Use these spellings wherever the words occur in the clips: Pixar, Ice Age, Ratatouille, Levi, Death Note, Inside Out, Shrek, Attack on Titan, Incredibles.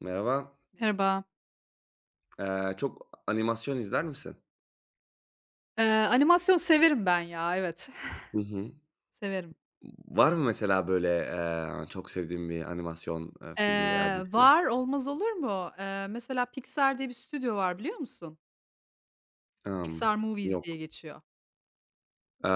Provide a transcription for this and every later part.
Merhaba. Merhaba. Çok animasyon izler misin? Animasyon severim ben ya, evet. Hı hı. Severim. Var mı mesela böyle, çok sevdiğin bir animasyon, filmi veya dizisi? Var, olmaz olur mu? Mesela Pixar diye bir stüdyo var biliyor musun? Hımm. Pixar Movies Yok. diye geçiyor. Eee,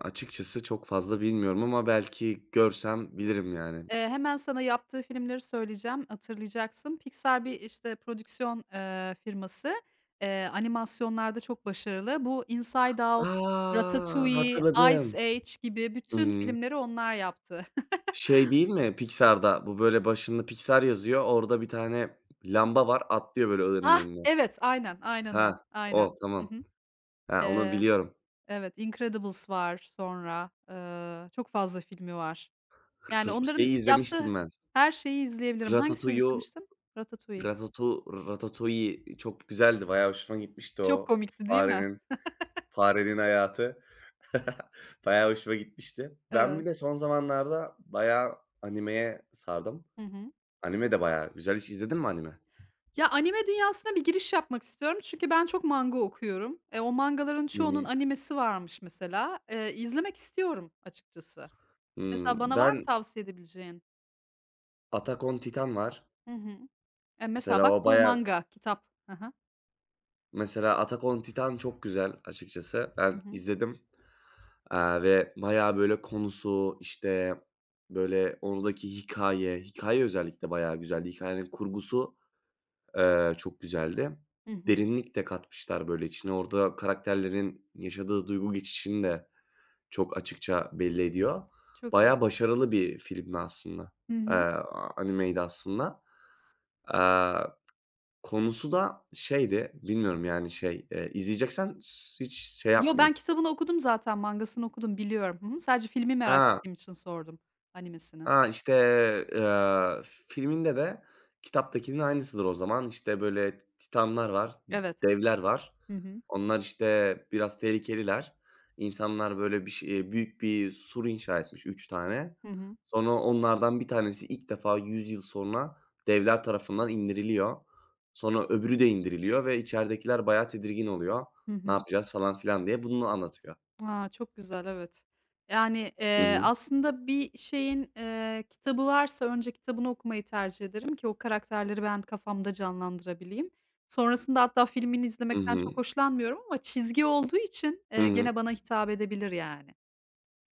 Açıkçası çok fazla bilmiyorum ama belki görsem bilirim yani. Hemen sana yaptığı filmleri söyleyeceğim, hatırlayacaksın. Pixar bir, işte, prodüksiyon, firması. Animasyonlarda çok başarılı. Bu Inside Out, A! Ratatouille, Hatırladım. Ice Age gibi Hı bütün hı. filmleri onlar yaptı. Şey değil mi Pixar'da? Bu böyle başında Pixar yazıyor. Orada bir tane lamba var. Atlıyor böyle ığının Ah, önüne. evet, aynen, aynen Ha, o, aynen. o Hı tamam. hı. Ha, onu Eee biliyorum. Evet, Incredibles var sonra. Çok fazla filmi var. Yani onların Şeyi yaptığı izlemiştim ben. her şeyi izleyebilirim. Hangisini Ratatouille'u. izlemiştim? Ratatouille. Ratatouille çok güzeldi. Bayağı hoşuma gitmişti Çok o komikti değil mi? farenin farenin hayatı. Bayağı hoşuma gitmişti. Ben bir Evet. de son zamanlarda bayağı animeye sardım. Hı hı. Anime de bayağı güzel. Hiç izledin mi anime? Ya, anime dünyasına bir giriş yapmak istiyorum çünkü ben çok manga okuyorum. E, o mangaların Hı çoğunun hı. animesi varmış mesela. İzlemek istiyorum açıkçası. Mesela Hımm. bana var mı Ben tavsiye edebileceğin? Attack on Titan var. Hı hı. E, mesela Mesela o bak bu bayağı manga, kitap. Hı hı. mesela Attack on Titan çok güzel açıkçası. Hı Ben hı. izledim, ve bayağı böyle konusu, işte, böyle, oradaki hikaye özellikle bayağı güzeldi. Hikayenin kurgusu çok güzeldi. Hı hı. Derinlik de katmışlar böyle içine. Orada karakterlerin yaşadığı duygu geçişini de çok açıkça belli ediyor. Çok Bayağı iyi. başarılı bir filmdi aslında. Hı hı. A animeydi aslında. Eee, Konusu da şeydi, bilmiyorum yani şey, izleyeceksen hiç şey Yo, yapmayayım. ben kitabını okudum zaten, mangasını okudum, biliyorum. Hı hı. Sadece filmi merak Ha. ettiğim için sordum, animesini. Ha, işte, filminde de kitaptakinin aynısıdır o zaman. İşte, böyle, titanlar var, Evet. devler var. Hı hı. Onlar, işte, biraz tehlikeliler. İnsanlar, böyle, bir şey büyük bir sur inşa etmiş 3 tane. Hı hı. Sonra onlardan bir tanesi ilk defa 100 yıl sonra devler tarafından indiriliyor. Sonra öbürü de indiriliyor ve içeridekiler bayağı tedirgin oluyor. Hı "Ne hı. yapacağız?" falan filan diye bunu anlatıyor. A, çok güzel, evet. Yani, Hı hı. aslında bir şeyin, kitabı varsa önce kitabını okumayı tercih ederim ki o karakterleri ben kafamda canlandırabileyim. Sonrasında hatta filmini Hı izlemekten hı. çok hoşlanmıyorum ama çizgi olduğu için, Hı hı. gene bana hitap edebilir yani.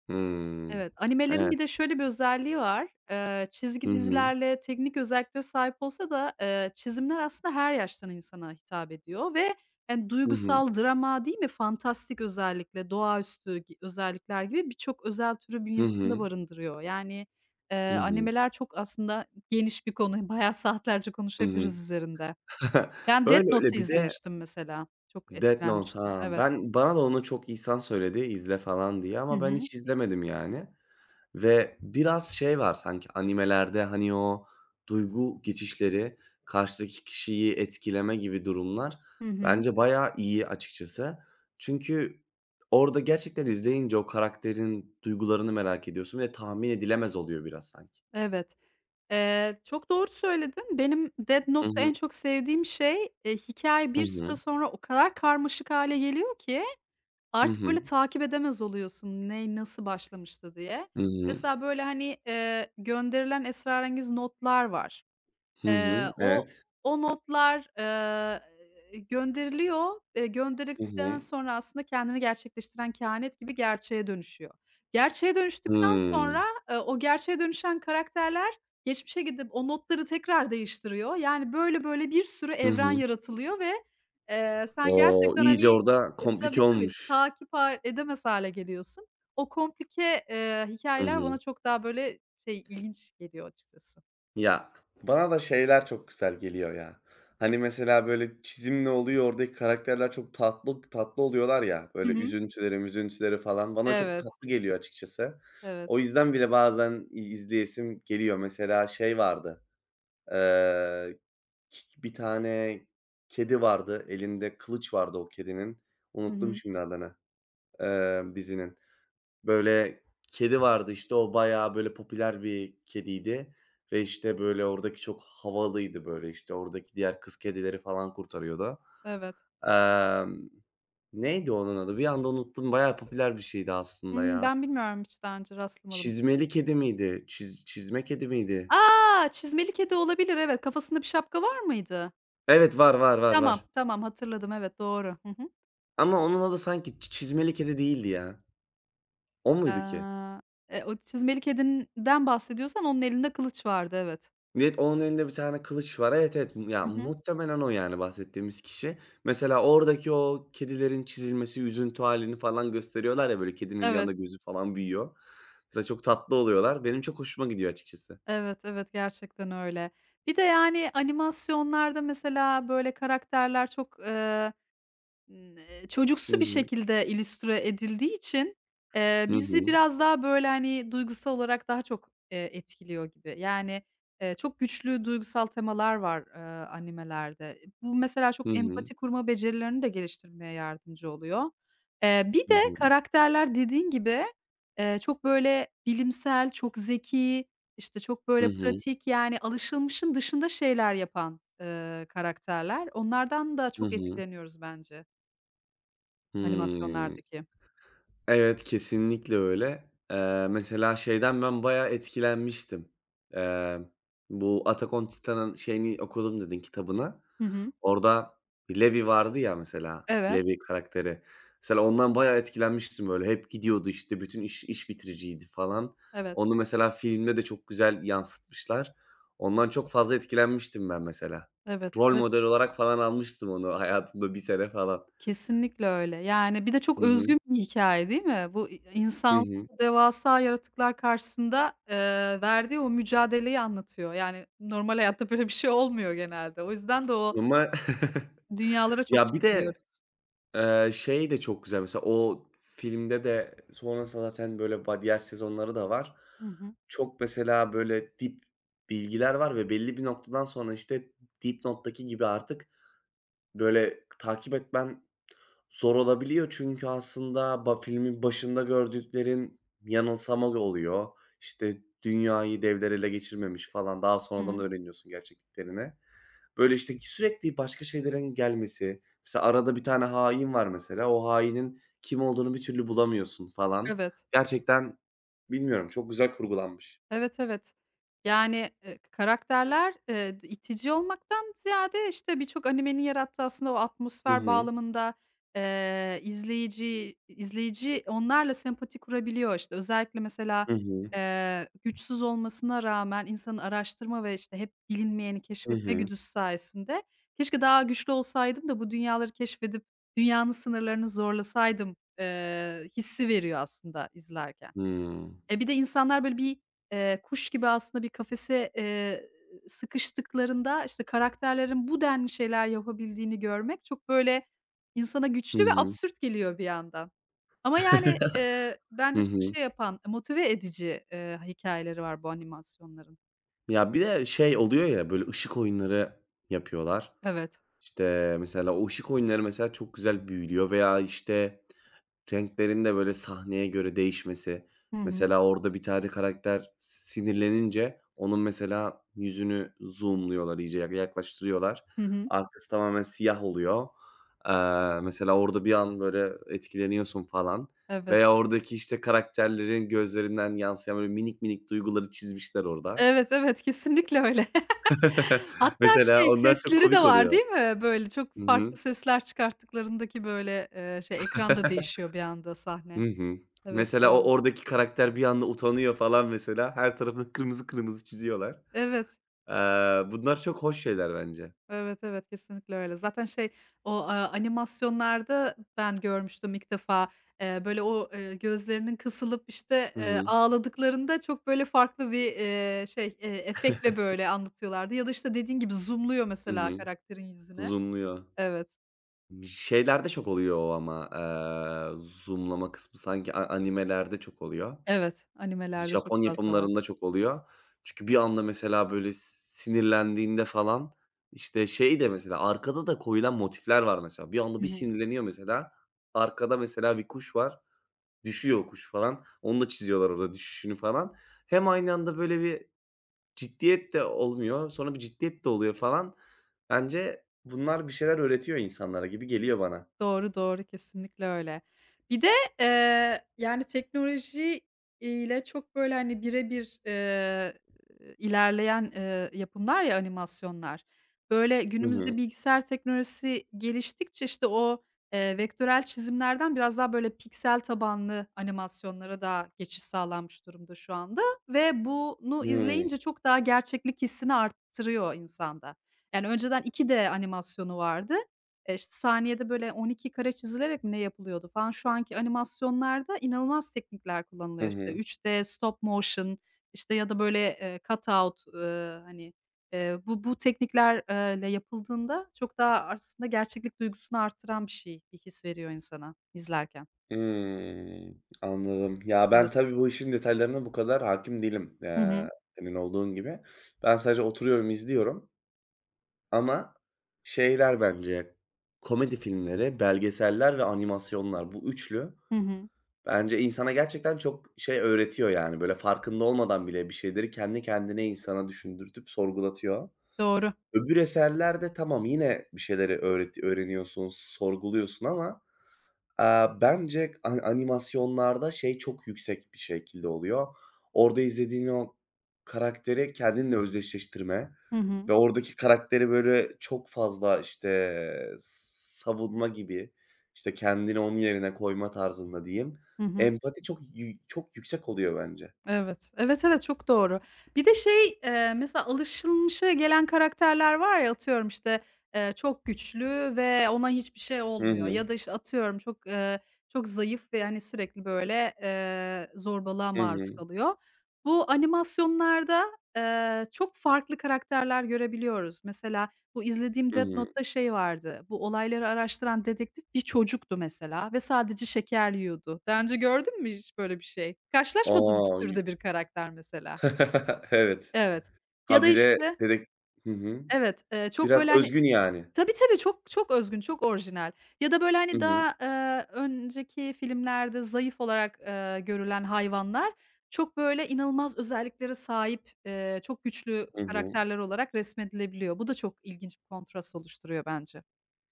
Hımm. Evet, animelerin Evet. bir de şöyle bir özelliği var. Hı Çizgi hı. dizilerle teknik özelliklere sahip olsa da, çizimler aslında her yaştan insana hitap ediyor ve, yani, Hı hı. duygusal drama değil mi, fantastik özellikle doğaüstü gi özellikler gibi birçok özel türü Hı bünyesinde hı. barındırıyor. Yani, Hı hı. animeler çok aslında geniş bir konu, bayağı saatlerce Hı hı. konuşabiliriz üzerinde. Ben Death Öyle, öyle. Note'u Bir de izlemiştim mesela. Çok Death Note, etkilenmiştim. ha. Evet. Bana da onu çok insan söyledi, izle falan diye Hı ama ben hı. hiç izlemedim yani ve biraz şey var sanki animelerde, hani, o duygu geçişleri, karşıdaki kişiyi etkileme gibi durumlar Hı hı. bence bayağı iyi açıkçası. Çünkü orada gerçekten izleyince o karakterin duygularını merak ediyorsun ve tahmin edilemez oluyor biraz sanki. Evet. Çok doğru söyledin. Benim Death Hı Note'da hı. en çok sevdiğim şey, hikâye Hı bir süre hı. sonra o kadar karmaşık hale geliyor ki Hı artık hı. böyle takip edemez oluyorsun ne nasıl başlamıştı diye. Hı hı. Mesela böyle, hani, gönderilen esrarengiz notlar var. Hı hı, Eee, o evet. o notlar, eee, gönderiliyor. Hı hı. Gönderildikten sonra aslında kendini gerçekleştiren kehanet gibi gerçeğe dönüşüyor. Gerçeğe dönüştükten Hımm. sonra, o gerçeğe dönüşen karakterler geçmişe gidip o notları tekrar değiştiriyor. Yani, böyle, böyle bir sürü Hı evren hı. yaratılıyor ve, sen O! gerçekten, hani, İyice orada komplike tabii, tabii, olmuş. takip ha edemez hâle geliyorsun. O komplike, Hı hı. hikayeler bana çok daha, böyle, şey, ilginç geliyor açıkçası. Ya, bana da şeyler çok güzel geliyor ya. Hani, mesela, böyle, çizimle oluyor, oradaki karakterler çok tatlı tatlı oluyorlar ya, Hı böyle, hı. üzüntüleri müzüntüleri falan bana çok Evet. tatlı geliyor açıkçası. Evet. O yüzden bile bazen izleyesim geliyor. Mesela şey vardı, eee, bir tane kedi vardı, elinde kılıç vardı o kedinin. Hı Unuttum hı. şimdi adını. Dizinin. Böyle kedi vardı, işte, o bayağı, böyle, popüler bir kediydi ve, işte, böyle, oradaki çok havalıydı, böyle, işte, oradaki diğer kız kedileri falan kurtarıyordu. Evet. Emm, Neydi onun adı? Bir anda unuttum. Bayağı popüler bir şeydi aslında Hımm, ya. ben bilmiyorum hiç daha önce rastlamadım. Çizmeli kedi miydi? Çizme kedi miydi? A! Çizmeli kedi olabilir, evet. Kafasında bir şapka var mıydı? Evet, var, var, var, var. Tamam, tamam hatırladım, evet, doğru. Hı hı. Ama onun adı sanki Çizmeli Kedi değildi ya. O muydu ki? Aaa, e, o çizmeli kedinden bahsediyorsan onun elinde kılıç vardı, evet. Evet, onun elinde bir tane kılıç var. Evet, evet. Ya, Hı hı. muhtemelen o, yani, bahsettiğimiz kişi. Mesela oradaki o kedilerin çizilmesi, üzüntü halini falan gösteriyorlar ya, böyle, kedinin bir anda Evet, gözü falan büyüyor. Mesela çok tatlı oluyorlar. Benim çok hoşuma gidiyor açıkçası. evet, evet, gerçekten öyle. Bir de, yani, animasyonlarda mesela böyle karakterler çok, Hı çocuksu bir hı. şekilde illüstre edildiği için, Hı bizi hı. biraz daha, böyle, hani, duygusal olarak daha çok, etkiliyor gibi. Yani, çok güçlü duygusal temalar var, animelerde. Bu mesela Hı çok hı. empati kurma becerilerini de geliştirmeye yardımcı oluyor. Bir Hı de hı. karakterler dediğin gibi, çok, böyle, bilimsel, çok zeki, işte, çok, Hı böyle, hı. pratik, yani, alışılmışın dışında şeyler yapan, karakterler. Onlardan da Hı çok hı. etkileniyoruz bence. Hımm. Animasyonlardaki. Evet, kesinlikle öyle. Mesela şeyden ben bayağı etkilenmiştim. Eee, Bu Attack on Titan'ın şeyini okudum dedin, kitabını. Hı hı. Orada Levi vardı ya mesela, Evet, Levi karakteri. Mesela ondan bayağı etkilenmiştim böyle. Hep gidiyordu, işte, bütün iş bitiriciydi falan. evet, Onu mesela filmde de çok güzel yansıtmışlar. Ondan çok fazla etkilenmiştim ben mesela. evet, Rol evet. model olarak falan almıştım onu hayatımda bir sene falan. Kesinlikle öyle. Yani bir de çok Hı hı. özgün bir hikaye değil mi? Bu i Hı insan hı. devasa yaratıklar karşısında, verdiği o mücadeleyi anlatıyor. Yani normal hayatta böyle bir şey olmuyor genelde. O yüzden de o Ama dünyalara çok ya, bir de çekiliyoruz. Şey de çok güzel mesela o filmde de sonrasında zaten böyle diğer sezonları da var. Hı hı. Çok mesela böyle dip bilgiler var ve belli bir noktadan sonra, işte, dipnottaki gibi artık böyle takip etmen zor olabiliyor çünkü aslında filmin başında gördüklerin yanılsama oluyor. İşte, dünyayı devler ele geçirmemiş falan, daha Hı sonradan hı. öğreniyorsun gerçekliklerini. Böyle, işte, sürekli başka şeylerin gelmesi, mesela arada bir tane hain var mesela, o hainin kim olduğunu bir türlü bulamıyorsun falan. Evet. Gerçekten bilmiyorum, çok güzel kurgulanmış. Evet, evet. Yani, karakterler, itici olmaktan ziyade, işte, birçok animenin yarattığı aslında o Hı atmosfer hı. bağlamında, izleyiciyi izleyici onlarla sempati kurabiliyor. İşte özellikle mesela, Hı hı. Güçsüz olmasına rağmen insanın araştırma ve, işte, hep bilinmeyeni Hı keşfetme hı. güdüsü sayesinde "Keşke daha güçlü olsaydım da bu dünyaları keşfedip dünyanın sınırlarını zorlasaydım." Hissi veriyor aslında izlerken. Hımm. E, bir de insanlar böyle bir, kuş gibi aslında bir kafese, sıkıştıklarında, işte, karakterlerin bu denli şeyler yapabildiğini görmek çok, böyle, insana Hı güçlü ve hı. absürt geliyor bir yandan. Ama, yani, Hı bence çok hı. şey yapan, motive edici, hikâyeleri var bu animasyonların. Ya, bir de şey oluyor ya, böyle, ışık oyunları yapıyorlar. Evet. İşte, mesela o ışık oyunları mesela çok güzel büyülüyor veya, işte, renklerin de böyle sahneye göre değişmesi. Hı hı. Mesela orada bir tane karakter sinirlenince onun mesela yüzünü zoom'luyorlar, iyice ya yaklaştırıyorlar. Hı hı. Arkası tamamen siyah oluyor. Mesela orada bir an böyle etkileniyorsun falan Evet. veya oradaki, işte, karakterlerin gözlerinden yansıyan böyle minik minik duyguları çizmişler orada. Evet, evet, kesinlikle öyle. Hatta Mesela şey, onlar çok sesleri de komik var oluyor. değil mi? Böyle çok Hı hı. farklı sesler çıkarttıklarındaki böyle, şey, ekran değişiyor bir anda Hı sahne. hı. Evet, Mesela o doğru. oradaki karakter bir anda utanıyor falan mesela. Her tarafını kırmızı kırmızı çiziyorlar. Evet, Bunlar çok hoş şeyler bence. evet, evet, kesinlikle öyle. Zaten şey, o, aaa, animasyonlarda ben görmüştüm ilk defa, böyle o, gözlerinin kısılıp, işte, Hı hı. ağladıklarında çok böyle farklı bir, şey, efektle böyle anlatıyorlardı ya da, işte, dediğin gibi zoom'luyor Hı mesela hı. karakterin yüzüne. Zoom'luyor. Evet, Şeylerde çok oluyor o ama, zoom'lama kısmı sanki animelerde çok oluyor. evet, animelerde çok Japon fazla var. yapımlarında çok oluyor. Çünkü bir anda mesela böyle sinirlendiğinde falan, işte, şey de mesela arkada da koyulan motifler var mesela. Bir anda Hı bir hı. sinirleniyor mesela. Arkada mesela bir kuş var. Düşüyor o kuş falan. Onu da çiziyorlar orada düşüşünü falan. Hem aynı anda böyle bir ciddiyet de olmuyor. Sonra bir ciddiyet de oluyor falan. Bence bunlar bir şeyler öğretiyor insanlara gibi geliyor bana. Doğru, doğru. Kesinlikle öyle. Bir de, yani, teknoloji ile çok, böyle, hani, birebir eee, ilerleyen, yapımlar ya animasyonlar. Böyle, Hı hı. günümüzde bilgisayar teknolojisi geliştikçe, işte, o, vektörel çizimlerden biraz daha, böyle, piksel tabanlı animasyonlara da geçiş sağlanmış durumda şu anda ve bunu Hımm. izleyince çok daha gerçeklik hissini arttırıyor insanda. Yani, önceden iki d animasyonu vardı. İşte, saniyede böyle 12 kare çizilerek mi ne yapılıyordu falan. Şu anki animasyonlarda inanılmaz teknikler Hı kullanılıyor. İşte, hı. 3D, stop motion, işte, ya da böyle, cut out, hani, bu teknikler yapıldığında çok daha aslında gerçeklik duygusunu artıran bir şey, bir his veriyor insana izlerken. Hımm. Anladım. Ya, ben Evet. tabii bu işin detaylarına bu kadar hâkim değilim, Hı hı. senin olduğun gibi. Ben sadece oturuyorum, izliyorum ama şeyler bence komedi filmleri, belgeseller ve animasyonlar bu üçlü Hı hı. bence insana gerçekten çok şey öğretiyor, yani, böyle, farkında olmadan bile bir şeyleri kendi kendine insana düşündürtüp sorgulatıyor. Doğru. Öbür eserlerde tamam, yine bir şeyleri öğreniyorsun, sorguluyorsun ama bence animasyonlarda şey çok yüksek bir şekilde oluyor. Orada izlediğin o karakteri kendinle özdeşleştirme Hı hı. ve oradaki karakteri, böyle, çok fazla, işte, savunma gibi, işte, kendini onun yerine koyma tarzında diyeyim. Hı hı. Empati çok yüksek oluyor bence. Evet. Evet, evet, çok doğru. Bir de şey, mesela alışılmışa gelen karakterler var ya, atıyorum, işte, çok güçlü ve ona hiçbir şey Hı olmuyor hı. ya da, işte, atıyorum, çok, çok zayıf ve, hani, sürekli böyle, zorbalığa Hı maruz hı. kalıyor. Bu animasyonlarda, çok farklı karakterler görebiliyoruz. Mesela bu izlediğim Hı Death hı. Note'ta şey vardı, bu olayları araştıran dedektif bir çocuktu mesela ve sadece şeker yiyordu. Daha önce gördün mü hiç böyle bir şey? A! Karşılaşmadığımız türde bir karakter mesela. Evet. Evet. Ya da, Habire işte dedek Hı hı. Evet, çok Biraz böyle, hani özgün yani. Tabii, tabii, çok çok özgün, çok orijinal. Ya da böyle, Hı hani, hı. daha, önceki filmlerde zayıf olarak, görülen hayvanlar çok böyle inanılmaz özelliklere sahip, çok güçlü Hı hı. karakterler olarak resmedilebiliyor. Bu da çok ilginç bir kontrast oluşturuyor bence.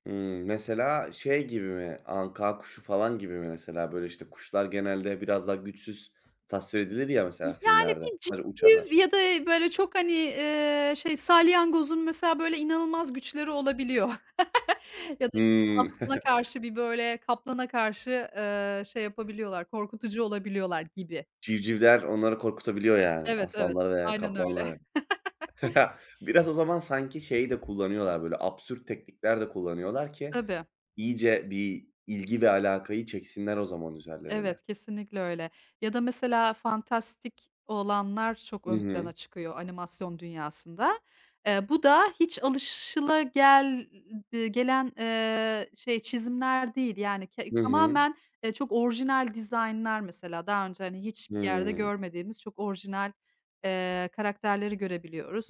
Hımm, mesela şey gibi mi, anka kuşu falan gibi mi mesela? Böyle, işte, kuşlar genelde biraz daha güçsüz tasvir edilir ya mesela Yani, filmlerde. bir Sadece civciv uçarlar. ya da, böyle, çok, hani, şey, salyangozun mesela, böyle, inanılmaz güçleri olabiliyor ya da Hımm. aslana karşı bir, böyle, kaplana karşı, şey yapabiliyorlar, korkutucu olabiliyorlar gibi. Civcivler onları korkutabiliyor yani, Evet, evet. aslanları veya Aynen öyle. kaplanları. Biraz o zaman sanki şeyi de kullanıyorlar, böyle, absürt teknikler de kullanıyorlar ki Tabii. iyice bir ilgi ve alakayı çeksinler o zaman üzerlerine. Evet, kesinlikle öyle. Ya da mesela fantastik olanlar çok Hı ön hı. plana çıkıyor animasyon dünyasında. Bu da hiç alışılagel gelen, şey, çizimler değil. Yani ke Hı hı. tamamen, çok orijinal dizaynlar mesela daha önce, hani, hiçbir yerde Hımm. görmediğimiz çok orijinal, karakterleri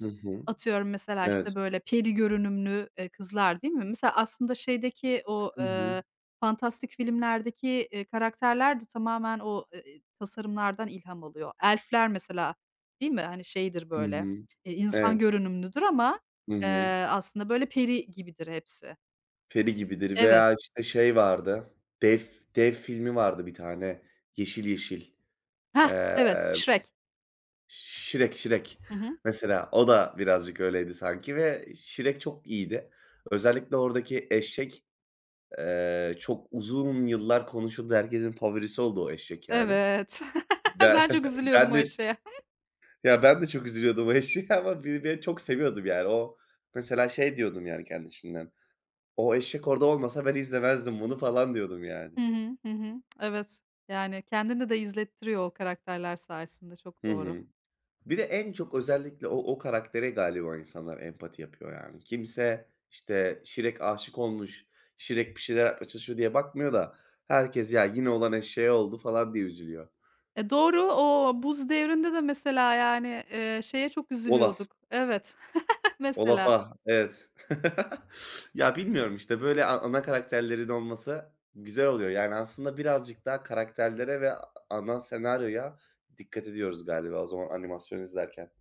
Hı hı. Atıyorum mesela, Evet. işte, böyle peri görünümlü, kızlar değil mi? Mesela aslında şeydeki o, Hı hı. fantastik filmlerdeki, karakterler de tamamen o, tasarımlardan ilham alıyor. Elf'ler mesela, değil mi? Hani, şeydir Hı böyle, hı. İnsan Evet. görünümlüdür ama, Hı hı. eee, aslında böyle peri gibidir hepsi. Peri gibidir Evet. veya, işte, şey vardı, Dev Dev filmi vardı bir tane, yeşil yeşil. Heh, Eee, evet, Shrek. Shrek Hı hı. mesela o da birazcık öyleydi sanki ve Shrek çok iyiydi. Özellikle oradaki eşek, çok uzun yıllar konuşuldu. Herkesin favorisi oldu o eşek yani. Evet. Ben Ben çok üzülüyordum ben o de eşeğe. ben de çok üzülüyordum o eşeğe ama bir de çok seviyordum yani. O mesela şey diyordum yani kendi içimden, "O eşek orada olmasa ben izlemezdim bunu." falan diyordum yani. Hı hı. Hı hı. Evet. Yani, kendini de izlettiriyor o karakterler sayesinde. Çok Hı doğru. hı. Bir de en çok özellikle o karaktere galiba insanlar empati yapıyor yani. Kimse, işte, Şirek aşık olmuş, Şirek bir şeyler yapmaya çalışıyor diye bakmıyor da herkes "Ya, yine olan eşeğe oldu." falan diye üzülüyor. E, doğru. O buz devrinde de mesela, yani, şeye çok Olaf, üzülüyorduk. Evet, mesela. Olaf'a, evet. Ya, bilmiyorum, işte, böyle ana karakterlerin olması güzel oluyor. Yani, aslında birazcık daha karakterlere ve ana senaryoya dikkat ediyoruz galiba o zaman animasyon izlerken.